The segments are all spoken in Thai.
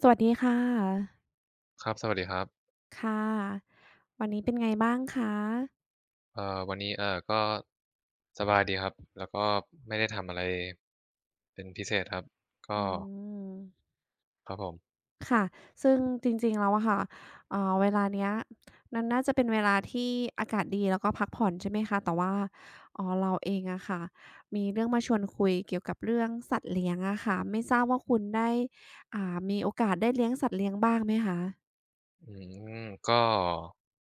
สวัสดีค่ะครับสวัสดีครับค่ะวันนี้เป็นไงบ้างคะเอ่อวันนี้ก็สบายดีครับแล้วก็ไม่ได้ทำอะไรเป็นพิเศษครับก็อืมครับผมค่ะซึ่งจริงๆแล้วอะค่ะเวลาเนี้ยมันน่าจะเป็นเวลาที่อากาศดีแล้วก็พักผ่อนใช่ไหมคะแต่ว่าอ๋อเราเองอะค่ะมีเรื่องมาชวนคุยเกี่ยวกับเรื่องสัตว์เลี้ยงอะค่ะไม่ทราบว่าคุณได้มีโอกาสได้เลี้ยงสัตว์เลี้ยงบ้างไหมคะอืมก็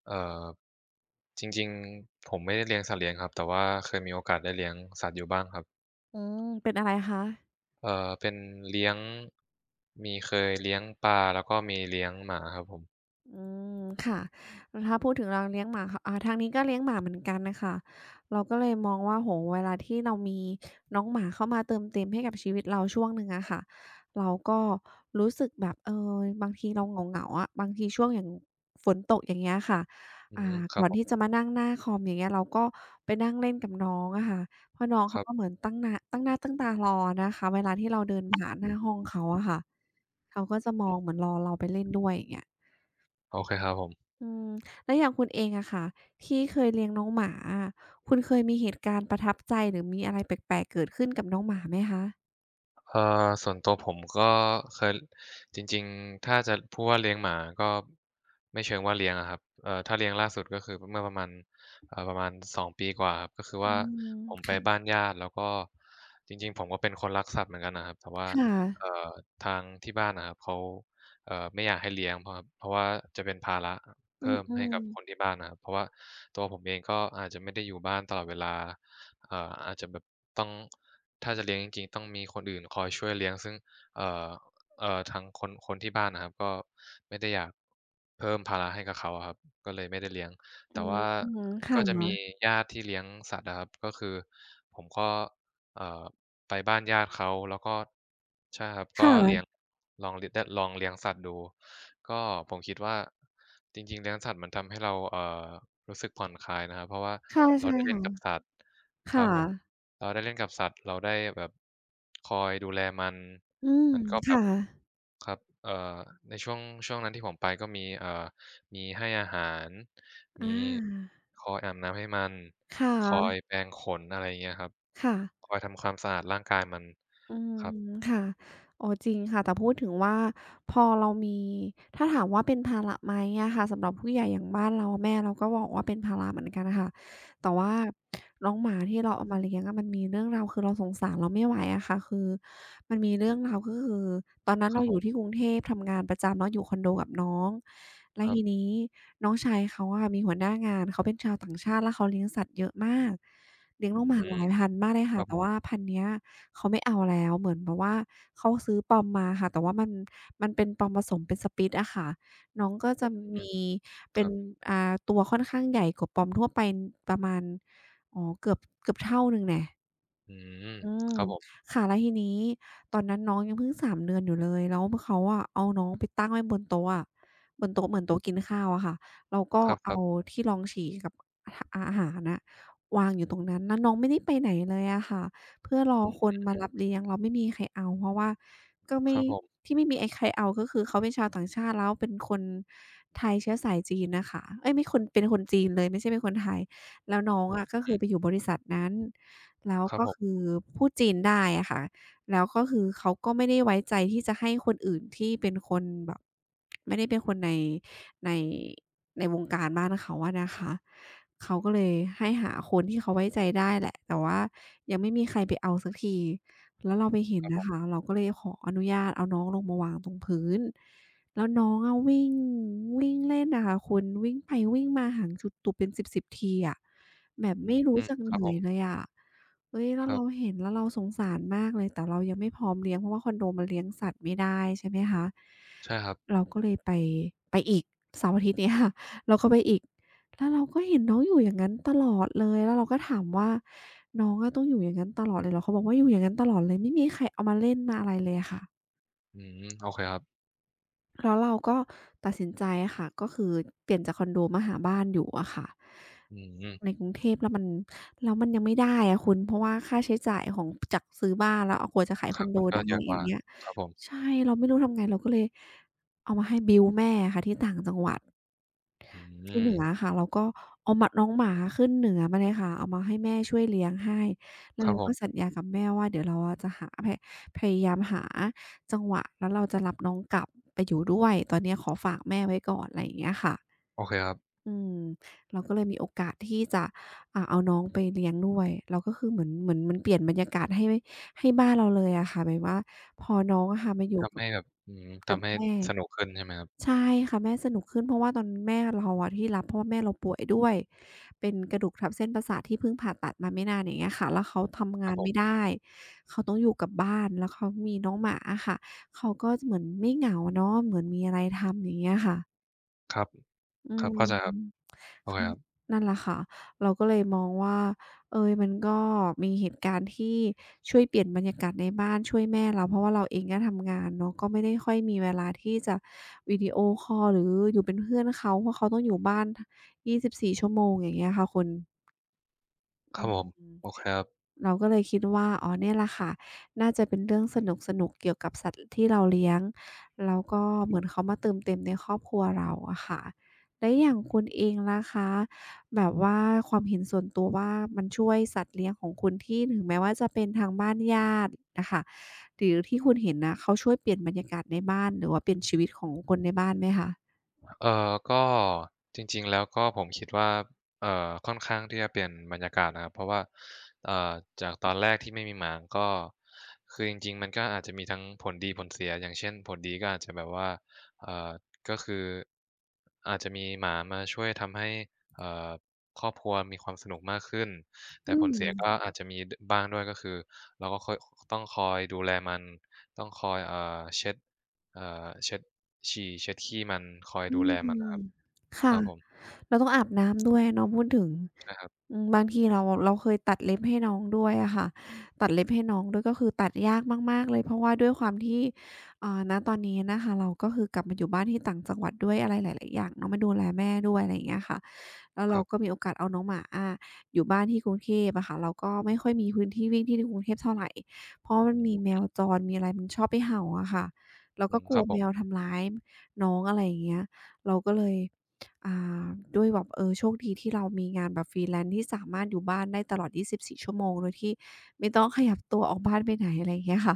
เอ่อจริงๆผมไม่ได้เลี้ยงสัตว์เลี้ยงครับแต่ว่าเคยมีโอกาสได้เลี้ยงสัตว์อยู่บ้างครับอืมเป็นอะไรคะ เป็นเลี้ยงมีเคยเลี้ยงปลาแล้วก็มีเลี้ยงหมาครับผมอืมค่ะถ้าพูดถึงเราเลี้ยงหมาค่ะอ่าทางนี้ก็เลี้ยงหมาเหมือนกันน่ะค่ะเราก็เลยมองว่าโอ้โฮเวลาที่เรามีน้องหมาเข้ามาเติมเต็มให้กับชีวิตเราช่วงหนึ่งอะค่ะเราก็รู้สึกแบบเออบางทีเราเหงาๆอะบางทีช่วงอย่างฝนตกอย่างเงี้ยค่ะอือ่ามครับก่อผนที่มจะมานั่งหน้าคอมอย่างเงี้ยเราก็ไปนั่งเล่นกับน้องอะค่ะเพราะน้องคเขารัก็เหบมือนตั้งตารอนะคะเวลาที่เราเดินผ่านหน้าห้องเขาอะค่ะเขาก็จะมองเหมือนรอเราไปเล่นด้วยอย่างเงี้ย โอเคครับผม อืมแล้วอย่างคุณเองอะค่ะที่เคยเลี้ยงน้องหมาอะคุณเคยมีเหตุการณ์ประทับใจหรือมีอะไรแปลกๆเกิดขึ้นกับน้องหมาไหมคะเอ่อส่วนตัวผมก็เคยจริงๆถ้าจะพูดว่าเลี้ยงหมาก็ไม่เชิงว่าเลี้ยงอะครับถ้าเลี้ยงล่าสุดก็คือเมื่อประมาณประมาณสองปีกว่าครับก็คืออืว่ามผมไปบ้าค่ะนญาติแล้วก็จริงๆผมก็เป็นคนรักสัตว์เหมือนกันนะครับแต่ว่าค่ะเอ่อทางที่บ้านอะครับเขาไม่อยากให้เลี้ยงเพราะว่าจะเป็นภาระเพิ่มอืให้มกับคนๆที่บ้านนะครับเพราะว่าตัวผมเองก็อาจจะไม่ได้อยู่บ้านตลอดเวลา อาจจะแบบต้องถ้าจะเลี้ยงจริงๆต้องมีคนอื่นคอยช่วยเลี้ยงซึ่งเอ่อทางคนที่บ้านนะครับก็ไม่ได้อยากเพิ่มภาระให้กับเขาอะครับก็เลยไม่ได้เลี้ยงอืแต่ว่ามก็จะค่ะมีญาติที่เลี้ยงสัตว์อะครับก็คือผมก็เอ่อไปบ้านญาติเขาแล้วก็ใช่ครับก็เลี้ยงค่ะลองลได้ลองเลี้ยงสัตว์ดู ก็ผมคิดว่าจริงๆเลี้ยงสัตว์มันทำให้เรารู้สึกผ่อนคลายนะครับเพราะว่าค่ะเราใช่ได้เล่นกับค่ะสัตว์ครับค่ะผมเราได้เล่นกับสัตว์เราได้แบบคอยดูแลมันอืมมันก็แบบค่ะครับในช่วงช่วงนั้นที่ผมไปก็มีมีให้อาหารอมีาคอยอาบน้ำให้มันคคอย่ะแปรงขนอะไรอย่างเงี้ยครับค่ะ คอยทำความสะอาดร่างกายมันอืคมรับค่ะอ๋อจริงค่ะแต่พูดถึงว่าพอเรามีถ้าถามว่าเป็นภาระไหมอะค่ะสำหรับผู้ใหญ่อย่างบ้านเราแม่เราก็บอกว่าเป็นภาระเหมือนกันค่ะแต่ว่าน้องหมาที่เราเอามาเลี้ยงอะมันมีเรื่องราวคือเราสงสารเราไม่ไหวอะค่ะคือมันมีเรื่องราวก็คือตอนนั้นครัเราบผอยู่ที่มกรุงเทพทำงานประจำเนาะอยู่คอนโดกับน้องแล้ควรับทีนี้น้องชายเขาอะมีหัวหน้างานเขาเป็นชาวต่างชาติแล้วเขาเลี้ยงสัตว์เยอะมากเลี้ยงอืน้องหมามหลายพันมากเลยครัค่ะบผแต่ว่ามพันธุ์เนี้ย เขาไม่เอาแล้วเหมือนแบบว่าเขาซื้อปลอมมาค่ะแต่ว่ามันเป็นปลอมผสมเป็นสปิตอะค่ะน้องก็จะอืมีมคเป็นรับ อ่าตัวค่อนข้างใหญ่กว่าปลอมทั่วไปประมาณอ๋อเกือบเท่าหนึ่งแน่ะ อืมอืมครับผมค่ะแล้วทีนี้ตอนนั้นน้องยังเพิ่งสามเดือนอยู่เลยแล้วเขาอะเอาน้องไปตั้งไว้บนโต๊ะอะบนโต๊ะเหมือนโต๊ะกินข้าวอะค่ะแล้วก็ครเอาับๆที่รองฉี่กับหอาหารน่ะวางอยู่ตรงนั้นแล้วน้องไม่ได้ไปไหนเลยอะค่ะเพื่อรออืคนมมารับเลี้ยงแล้วไม่มีใครเอาเพราะว่าก็คไม่รับผมที่ไม่มีไอ้ใครเอาก็คือเขาเป็นชาวต่างชาติแล้วเป็นคนไทยเชื้อสายจีนน่ะค่ะเอ๊ยไม่คนเป็นคนจีนเลยไม่ใช่เป็นคนไทย แล้วน้อคงรับอะก็คือือไปอยู่มบริษัทนั้นแล้วครับก็ผคืมอพูดจีนได้อะค่ะแล้วก็คือเขาก็ไม่ได้ไว้ใจที่จะให้คนอื่นที่เป็นคนแบบไม่ได้เป็นคนในในในวงการบ้านเขาอะนะคะเขาก็เลยให้หาคนที่เขาไว้ใจได้แหละแต่ว่ายังไม่มีใครไปเอาสักทีแล้วเราไปเห็คนรับผนะคะมเราก็เลยขออนุญาตเอาน้องลงมาวางตรงพื้น แล้วน้องอะวิ่งวิ่งเล่นอะค่ะคุณวิ่งไปวิ่งมาหางจุดตุบเป็น1สิบๆทีอะแบบอืมไม่รู้อืมจักครัเหบผนื่อยมเลยอะเฮ้ยแล้ควรัเราบเห็นแล้วเราสงสารมากเลยแต่เรายังไม่พร้อมเลี้ยงเพราะว่าคอนโดมันเลี้ยงสัตว์ไม่ได้ใช่ไหมคะใช่ครับเราก็เลยไปอีกเสาร์อาทิตย์เนี้ย เราก็ไปอีกแล้วเราก็เห็นน้องอยู่อย่างงั้นตลอดเลยแล้วเราก็ถามว่าน้องอะต้องอยู่อย่างงั้นตลอดเลยเหรอเขาบอกว่าอยู่อย่างงั้นตลอดเลยไม่มีใครเอามาเล่นมาอะไรเลยค่ะ อืมโอเคครับแล้วเราก็ตัดสินใจค่ะก็คือเปลี่ยนจากคอนโดมาหาบ้านอยู่อะค่ะอืมในกรุงเทพแล้วมันยังไม่ได้อะคุณเพราะว่าค่าใช้จ่ายของจากซื้อบ้านแล้วเอกว่าจะขายคคอรับนโดมันก็ได้เยอะกอย่าว่างเงี้ยครับผมใช่เราไม่รู้ทำไงเราก็เลยเอามาให้บิลแม่อะค่ะที่ต่างจังหวัด อืที่เหมนืออะค่ะเราก็เอาหมาน้องหมาขึ้นเหนือมาเลยค่ะเอามาให้แม่ช่วยเลี้ยงให้แล้ควรับเราผก็สัญมญากับแม่ว่าเดี๋ยวเราอะจะหาพพยายามหาจังหวะแล้วเราจะรับน้องกลับไปอยู่ด้วยตอนเนี้ยขอฝากแม่ไว้ก่อนไรอย่างเงี้ยค่ะโอเคครับอืมเราก็เลยมีโอกาสที่จะเอาน้องไปเลี้ยงด้วยแล้วก็คือเหมือนมันเปลี่ยนบรรยากาศให้ให้บ้านเราเลยอะค่ะแบบว่าพอน้องอะค่ะมาอยู่ทำกับให้แบบอืมกับทำให้แม่ สนุกขึ้นใช่ไหมครับใช่ค่ะแม่สนุกขึ้นเพราะว่าตอนแม่เราอะที่รับเพราะว่าแม่เราป่วยด้วยเป็นกระดูกทับเส้นประสาทที่เพิ่งผ่าตัดมาไม่นานอย่างเงี้ยค่ะแล้วเขาทำครังาบนผไม่มได้เขาต้องอยู่กับบ้านแล้วเขามีน้องหมาอะค่ะเขาก็เหมือนไม่เหงาเนาะเหมือนมีอะไรทำอย่างเงี้ยค่ะครับอืครัม บเข้าใจครับ โอเคค่ะครับนั่นแหละค่ะ เราก็เลยมองว่า เอยมันก็มีเหตุการณ์ที่ช่วยเปลี่ยนบรรยากาศในบ้านช่วยแม่เราเพราะว่าเราเองก็ทำงานเนาะก็ไม่ได้ค่อยมีเวลาที่จะวิดีโอคอลหรืออยู่เป็นเพื่อนเขาเพราะเขาต้องอยู่บ้านท24 ชั่วโมงอย่างเงี้ยค่ะคุณครัอืบผมม โอเคครับ เราก็เลยคิดว่าอ๋อเนี่ยแหละค่ะน่าจะเป็นเรื่องสนุกๆเกี่ยวกับสัตว์ที่เราเลี้ยงแล้วก็เหมือนเขามาเติมเต็มในครอบครัวเราอะค่ะแล้วอย่างคุณเองล่ะคะแบบว่าความเห็นส่วนตัวว่ามันช่วยสัตว์เลี้ยงของคุณที่ถึงแม้ว่าจะเป็นทางบ้านญาติน่ะค่ะหรือที่คุณเห็นน่ะเขาช่วยเปลี่ยนบรรยากาศในบ้านหรือว่าเปลี่ยนชีวิตของคนในบ้านไหมคะก็จริงๆแล้วก็ผมคิดว่าค่อนข้างที่จะเปลี่ยนบรรยากาศนะครับเพราะว่าเอ่อจากตอนแรกที่ไม่มีหมางก็คือจริงๆมันก็อาจจะมีทั้งผลดีผลเสียอย่างเช่นผลดีก็อาจจะแบบว่าเอ่อก็คืออาจจะมีหมามาช่วยทำให้เอ่อครอบครัวมีความสนุกมากขึ้นแต่อืผลมเสียก็อาจจะมีดบ้างด้วยก็คือเราก็ค่อยต้องคอยดูแลมันต้องคอยเช็ด เอ่อเช็ดฉี่เช็ดขี้มันคอยอืดูแลมันอะครับมคค่ะ รับผมเราต้องอาบน้ำด้วยเนาะพูดถึงใช่ครับอืมบางทีเราเคยตัดเล็บให้น้องด้วยอะค่ะตัดเล็บให้น้องด้วยก็คือตัดยากมากๆเลยเพราะว่าด้วยความที่ณตอนนี้นะคะเราก็คือกลับมาอยู่บ้านที่ต่างจังหวัดด้วยอะไรหลายๆอย่างเนาะมาดูแลแม่ด้วยอะไรอย่างเงี้ยค่ะแล้วคเรารัก็บมีโอกาสเอาน้องหมาอยู่บ้านที่กรุงเทพอะค่ะเราก็ไม่ค่อยมีพื้นที่วิ่งที่กรุงเทพเท่าไรเพราะมัอืนมีมแมวจรมีอะไรมันชอบไปเห่าอะค่ะเราอืก็มกคลัรัวบผแมมวทำร้ายน้องอะไรอย่างเงี้ยเราก็เลย อ่าด้วยแบบเออโชคดีที่เรามีงานแบบ Freelance ที่สามารถอยู่บ้านได้ตลอด24ชั่วโมงโดยที่ไม่ต้องขยับตัวออกบ้านไปไหนอะไรอย่างเงี้ยค่ะ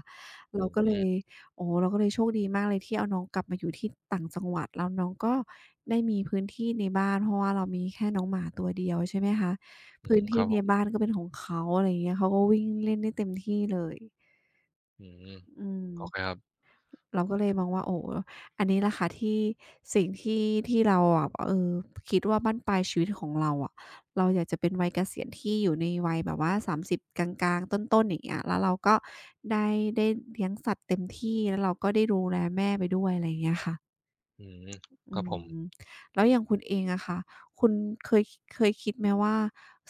อืเราก็เลยมโอ้โฮเราก็เลยโชคดีมากเลยที่เอาน้องกลับมาอยู่ที่ต่างจังหวัดแล้วน้องก็ได้มีพื้นที่ในบ้านเพราะว่าเรามีแค่น้องหมาตัวเดียวใช่ไหมคะอืมพื้นคที่รับผในมบ้านก็เป็นของเขาอะไรอย่างเงี้ยเขาก็วิ่งเล่นได้เต็มที่เลยอืมอืโอเคคม รับเราก็เลยมองว่าโอ้อันนี้แหละค่ะที่สิ่งที่ที่เราอะเออคิดว่าบั้นปลายชีวิตของเราอะเราอยากจะเป็นวัยเกษียณที่อยู่ในวัยแบบว่า30กลางๆต้นๆอย่างเงี้ยแล้วเราก็ได้ได้เลี้ยงสัตว์เต็มที่แล้วเราก็ได้ดูแลแม่ไปด้วยอะไรอย่างเงี้ยค่ะ อืมคอืรับผมมแล้วอย่างคุณเองอะค่ะคุณเคยเคยคิดไหมว่า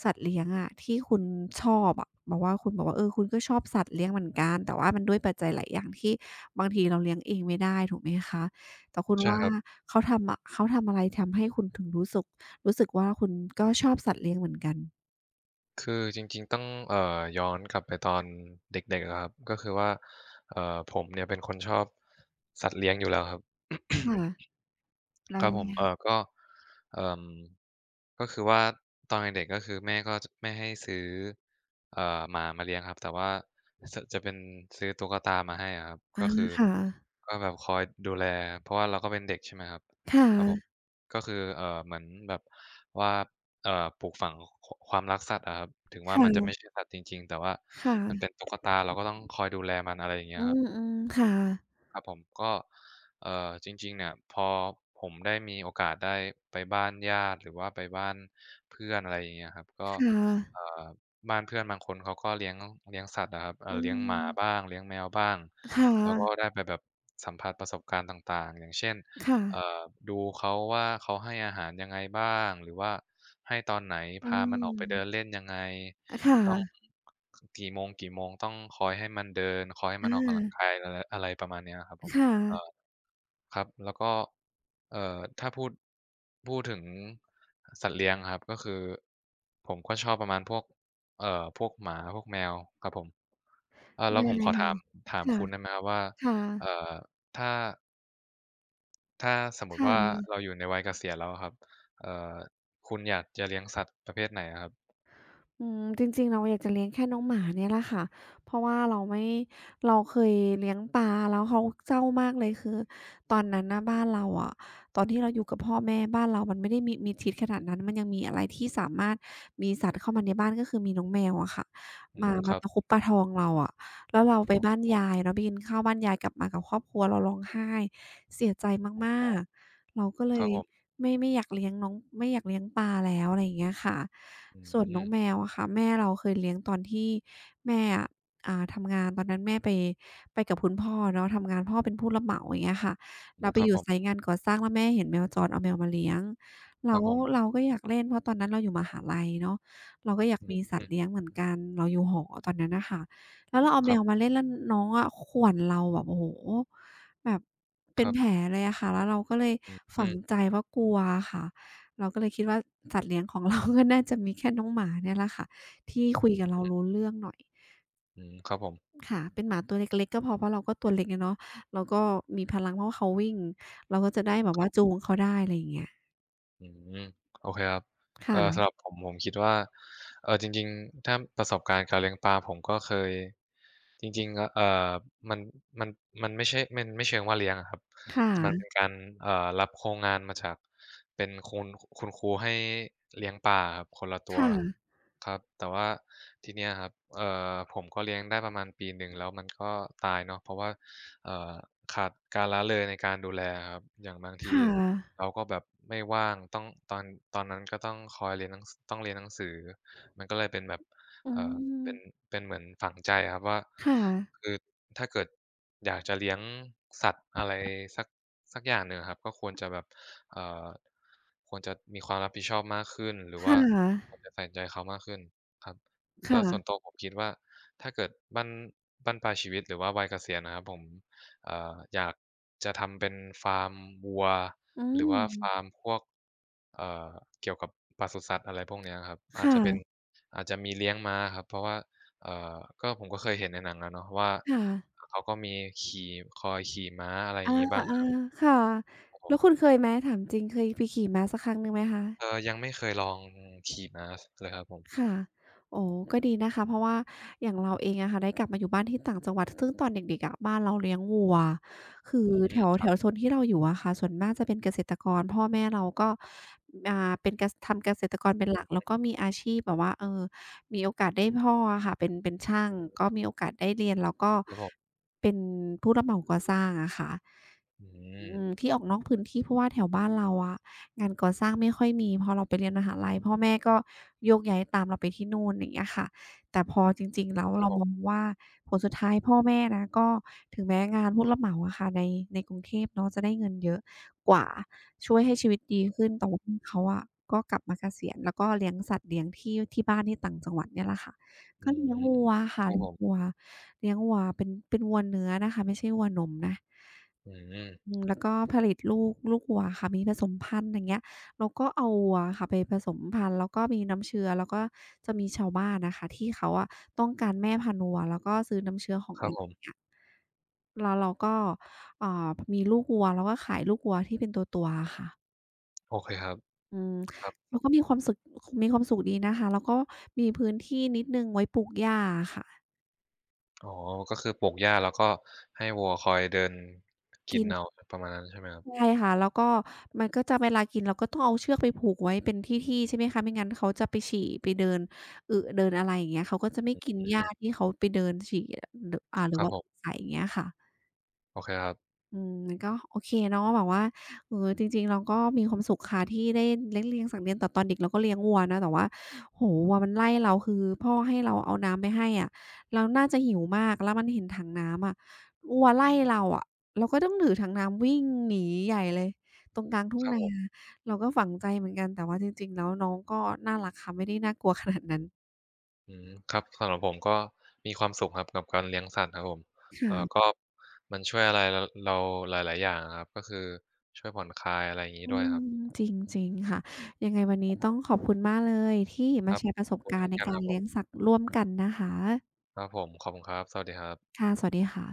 สัตว์เลี้ยงอะที่คุณชอบอะแบบว่าคุณบอกว่าเออคุณก็ชอบสัตว์เลี้ยงเหมือนกันแต่ว่ามันด้วยปัจจัยหลายอย่างที่บางทีเราเลี้ยงเองไม่ได้ถูกไหมคะแต่คุณใช่ว่าครับเขาทำอะเขาทำอะไรทำให้คุณถึงรู้สึกว่าคุณก็ชอบสัตว์เลี้ยงเหมือนกันคือจริงๆต้องย้อนกลับไปตอนเด็กๆอะครับก็คือว่าเอ่อผมเนี่ยเป็นคนชอบสัตว์เลี้ยงอยู่แล้วครับ ค่ะ แล้วครับยัผงมไงก็เอ่อก็คือว่าตอนเด็กๆก็คือแม่ก็จไม่ให้ซื้อเอ่อหมามาเลี้ยงครับแต่ว่าสจะเป็นซื้อตุ๊กตามาให้อะครับอาก็คือค่ะก็แบบคอยดูแลเพราะว่าเราก็เป็นเด็กใช่ไหมครับคครับผม่ะก็คือเหมือนแบบว่าเอ่อปลูกฝังคความรักสัตว์อะครับถึงว่ามันจะไม่ค่ะใช่สัตว์จริงๆแต่ว่ามันเป็นค่ะตุ๊กตาเราก็ต้องคอยดูแลมันอะไรอย่างเงี้อืยครับ มๆค่ะครับผมก็เอ่อจริงๆเนี่ยพอผมได้มีโอกาสได้ไปบ้านญาติหรือว่าไปบ้านเพื่อนอะไรอย่างเงี้ยครับก็ค่ะเอ่อบ้านเพื่อนบางคนเขาก็เลี้ยงเลี้ยงสัตว์อะครับอืเลี้ยงหมาบ้ามงเลี้ยงแมวบ้างค่ะแล้วก็ได้ไปแบบสัมผัสประสบการณ์ต่างๆอย่างเช่นค่ะ เอ่อดูเขาว่าเขาให้อาหารยังไงบ้างหรือว่าให้ตอนไหนอืพามันออกไปมเดินเล่นยังไง คต้อง่ะกี่โมงกี่โมงต้องคอยให้มันเดินคอยให้มัอานออกกำลังกายอะไรอะไรประมาณเนี้ยครับผมค่ะเอ่อครับแล้วก็เอ่อถ้าพูดถึงสัตว์เลี้ยงครับก็คือผมก็ชอบประมาณพวกพวกหมาพวกแมวครับผมแล้วได้ผมขอถามถามค่ะคุณได้ไหมครับว่าค่ะเอ่อถ้าถ้าสมมุติค่ะว่าค่ะ เราอยู่ในวัยเกษียณแล้วอะครับเอ่อคุณอยากจะเลี้ยงสัตว์ประเภทไหนอะครับอืมจริงๆเราอยากจะเลี้ยงแค่น้องหมาเนี่ยแหละค่ะเพราะว่าเราไม่เราเคยเลี้ยงปลาแล้วเขาเจ้ามากเลยคือตอนนั้นน่ะบ้านเราอะตอนที่เราอยู่กับพ่อแม่บ้านเรามันไม่ได้มีมิดชิดขนาดนั้นมันยังมีอะไรที่สามารถมีสัตว์เข้ามาในบ้านก็คือมีน้องแมวอะค่ะอืมามคมารับตะคุบตะทองเราอะแล้วเราไปอ๋บ้านยาอยเนาะไปกินข้าวบ้านยายกลับมากับครอบครัวเราร้องไห้เสียใจมากๆเราก็เลครับย ผม ไม่ไม่อยากเลี้ยงน้องไม่อยากเลี้ยงปลาแล้วอะไรอย่างเงี้ยค่ะอืส่วนมน้องแมวอะค่ะแม่เราเคยเลี้ยงตอนที่แม่อะทำงานตอนนั้นแม่ไปกับคุณพ่อเนาะทำงานพ่อเป็นผู้รับเหมาอย่างเงี้ยค่ะอืเรามไปครับอผยู่ไซมต์งานก่อสร้างแล้วแม่เห็นแมวจรเอาแมวมาเลี้ยงแล้ครับวผมเราก็อยากเล่นเพราะตอนนั้นเราอยู่มหาลัยเนาะเราก็อยากอืมมีสัตอืว์มเลี้ยงเหมือนกันเราอยู่หอตอนนั้นน่ะค่ะแล้วเราเอาคแมรัวมาบเล่นแล้วน้องอะข่วนเราแบบโอ้โฮ แบบคเป็นรับแผลเลยอะค่ะแล้วเราก็เลยอืมฝัอืงมใจว่ากลัวอะค่ะเราก็เลยคิดว่าสัตว์เลี้ยงของ เราก็น่าจะมีแค่น้องหมาเนี่ยแหละค่ะที่อืคุยกับเรามรู้เรื่องหน่อยอืมครับผมค่ะเป็นหมาตัวเล็กๆก็พอเพราะเราก็ตัวเล็กอะเนาะแล้วก็มีพลังเพราะว่าเขาวิ่งเราก็จะได้แบบคว่าจูรับงเขาได้อะไรอย่างเงี้ยอืมโอเคครับค่ะสำหรับผมคิดว่าจริงๆถ้าประสบการณ์การเลี้ยงปลาผมก็เคย จริงๆอะมันมันมันไม่ใช่มันไม่เชิงว่าเลี้ยงอะครับคแต่มันเป็น่ะการรับโครงงานมาจากเป็นคุณครูให้เลี้ยงปลาอะครับคนละตัวค่ะครับแต่ว่าทีเนี้ยครับผมก็เลี้ยงได้ประมาณปีหนึ่งแล้วมันก็ตายเนาะเพราะว่าเอ่อขาดการละเลยในการดูแลอะครับอย่างบางทีค่ะเราก็แบบไม่ว่างต้องตอนตอนนั้นก็ต้องคอยเรียนหนังสต้องเรียนหนังสือมันก็เลยเป็นแบบอืเอ่อ มเป็นเป็นเหมือนฝังใจครับว่าค่ะคือถ้าเกิดอยากจะเลี้ยงสัตว์อะไรสักสักอย่างหนึ่งอะครับก็ควรจะแบบเอ่อควรจะมีความรับผิดชอบมากขึ้นหรือค่ว่าะควรจะใส่ใจเขามากขึ้นครับแล้วส่วนตัวค่ะผมคิดว่าถ้าเกิดบั้นบั้นปลายชีวิตหรือว่าวัยเกษียณนะครับผมอยากจะทำเป็นฟาร์มวัวอืหรือมว่าฟาร์มพวกเอ่อเกี่ยวกับปศุสัตว์อะไรพวกเนี้ยครับค่ะอาจจะมีเลี้ยงม้าครับเพราะว่าเอ่อก็ผมก็เคยเห็นในหนังอะเนาะว่าค่ะ เขาก็มีขี่คอยขี่ม้าอะไรออาย่างงี้บ้างอะครับๆค่ะครับผแล้วมคุณเคยไหมถามจริงเคยไปขี่ม้าสักครั้งหนึ่งไหมคะยังไม่เคยลองขี่ม้าสเลยครับผมค่ะโอ้ก็ดีนะคะเพราะว่าอย่างเราเองอะค่ะได้กลับมาอยู่บ้านที่ต่างจังหวัดซึ่งตอนเด็กๆอะบ้านเราเลี้ยงวัวคือือแถวมแถวโซนที่เราอยู่อะค่ะส่วนมากจะเป็นเกษตรกรพ่อแม่เราก็อ่าเป็นเกษทำเกษตรกรเป็นหลักแล้วก็มีอาชีพแบบว่าเออมีโอกาสได้พ่ออะค่ะเป็นช่างก็มีโอกาสได้เรียนแล้วก็ครับผมเป็นผู้รับเหมาก่อสร้างอะค่ะ อืมอืมที่ออกนอกพื้นที่เพราะว่าแถวบ้านเราอะงานก่อสร้างไม่ค่อยมีพอเราไปเรียนมหาลัยพ่อแม่ก็โยกย้ายตามเราไปที่นู่นอย่างเงี้ยค่ะแต่พอจริงๆแล้วครับเราผมองมว่าผลสุดท้ายพ่อแม่นะก็ถึงแม้งานผู้รับเหมาอะค่ะในกรุงเทพเนาะจะได้เงินเยอะกว่าช่วยให้ชีวิตดีขึ้นแต่ว่าเขาอะก็กลับมาเกษียณแล้วก็เลี้ยงสัตว์เลี้ยงที่ที่บ้านที่ต่างจังหวัดเนี่ยแหละค่ะอืก็เลี้ยงมวัวอะค่ะครับเลี้ผยงมวัว เลี้ยงวัวเป็นวัวเนื้อนะคะไม่ใช่วัวนมนะอือืมมแล้วก็ผลิตลูกวัวค่ะมีผสมพันธุ์อย่างเงี้ยเราก็เอาวัวค่ะไปผสมพันธุ์แล้วก็มีน้ำเชื้อแล้วก็จะมีชาวบ้านนะคะที่เขาอะต้องการแม่พันธุ์วัวแล้วก็ซื้อน้ำเชื้อของครับผมแล้วเราก็อ่ามีลูกวัวแล้วก็ขายลูกวัวที่เป็นตัวๆอะค่ะโอเคครับอืมครับเราก็มีความสุขดีนะคะแล้วก็มีพื้นที่นิดหนึ่งไว้ปลูกหญ้าอะค่ะ อ๋อก็คือปลูกหญ้าแล้วก็ให้วัวคอยเดินกินเอาประมาณนั้นใช่ไหมครับใช่ค่ะแล้วก็มันก็จะเวลากินเราก็ต้องเอาเชือกไปผูกไว้เป็นที่ๆใช่ไหมคะไม่งั้นเขาจะไปฉี่ไปเดินอึเดินอะไรอย่างเงี้ยเขาก็จะไม่กินหญ้าอืมที่เขาไปเดินฉี่ดอ่าหรืคอรับว่าผมใส่อย่างเงี้ยค่ะ โอเคครับอืมมันก็โอเคเนาะแบบว่าเออจริงๆเราก็มีความสุขค่ะที่ได้เลี้ยงแต่ตอนเด็กเราก็เลี้ยงวัวนะแต่ว่าโอ้โฮวัวมันไล่เราคือพ่อให้เราเอาน้ำไปให้อะเราน่าจะหิวมากแล้วมันเห็นถังน้ำอะวัวไล่เราอะเราก็ต้องถือถังน้ำวิ่งหนีใหญ่เลยตรงกลางทุ่คงรับนาผม เราก็ฝังใจเหมือนกันแต่ว่าจริงๆแล้วน้องก็น่ารักค่ะไม่ได้น่ากลัวขนาดนั้นอืมครับสำหรับผมก็มีความสุขครับกับการเลี้ยงสัตว์ครับผมค่ะ ก็มันช่วยอะไรรเราหลาย ๆ อย่างอะครับก็คือช่วยผ่อนคลายอะไรอย่างงี้อืด้วยมครับจริงจริงค่ะยังไงวันนี้ต้องขอบคุณมากเลยที่คมารับแชร์ประขสอบบคุณการเช่นณ์ในกันกาครรับผเลี้มยงสัตว์ร่วมกันนะคะครับผมขอบคุณครับสวัสดีครับค่ะสวัสดีค่ะ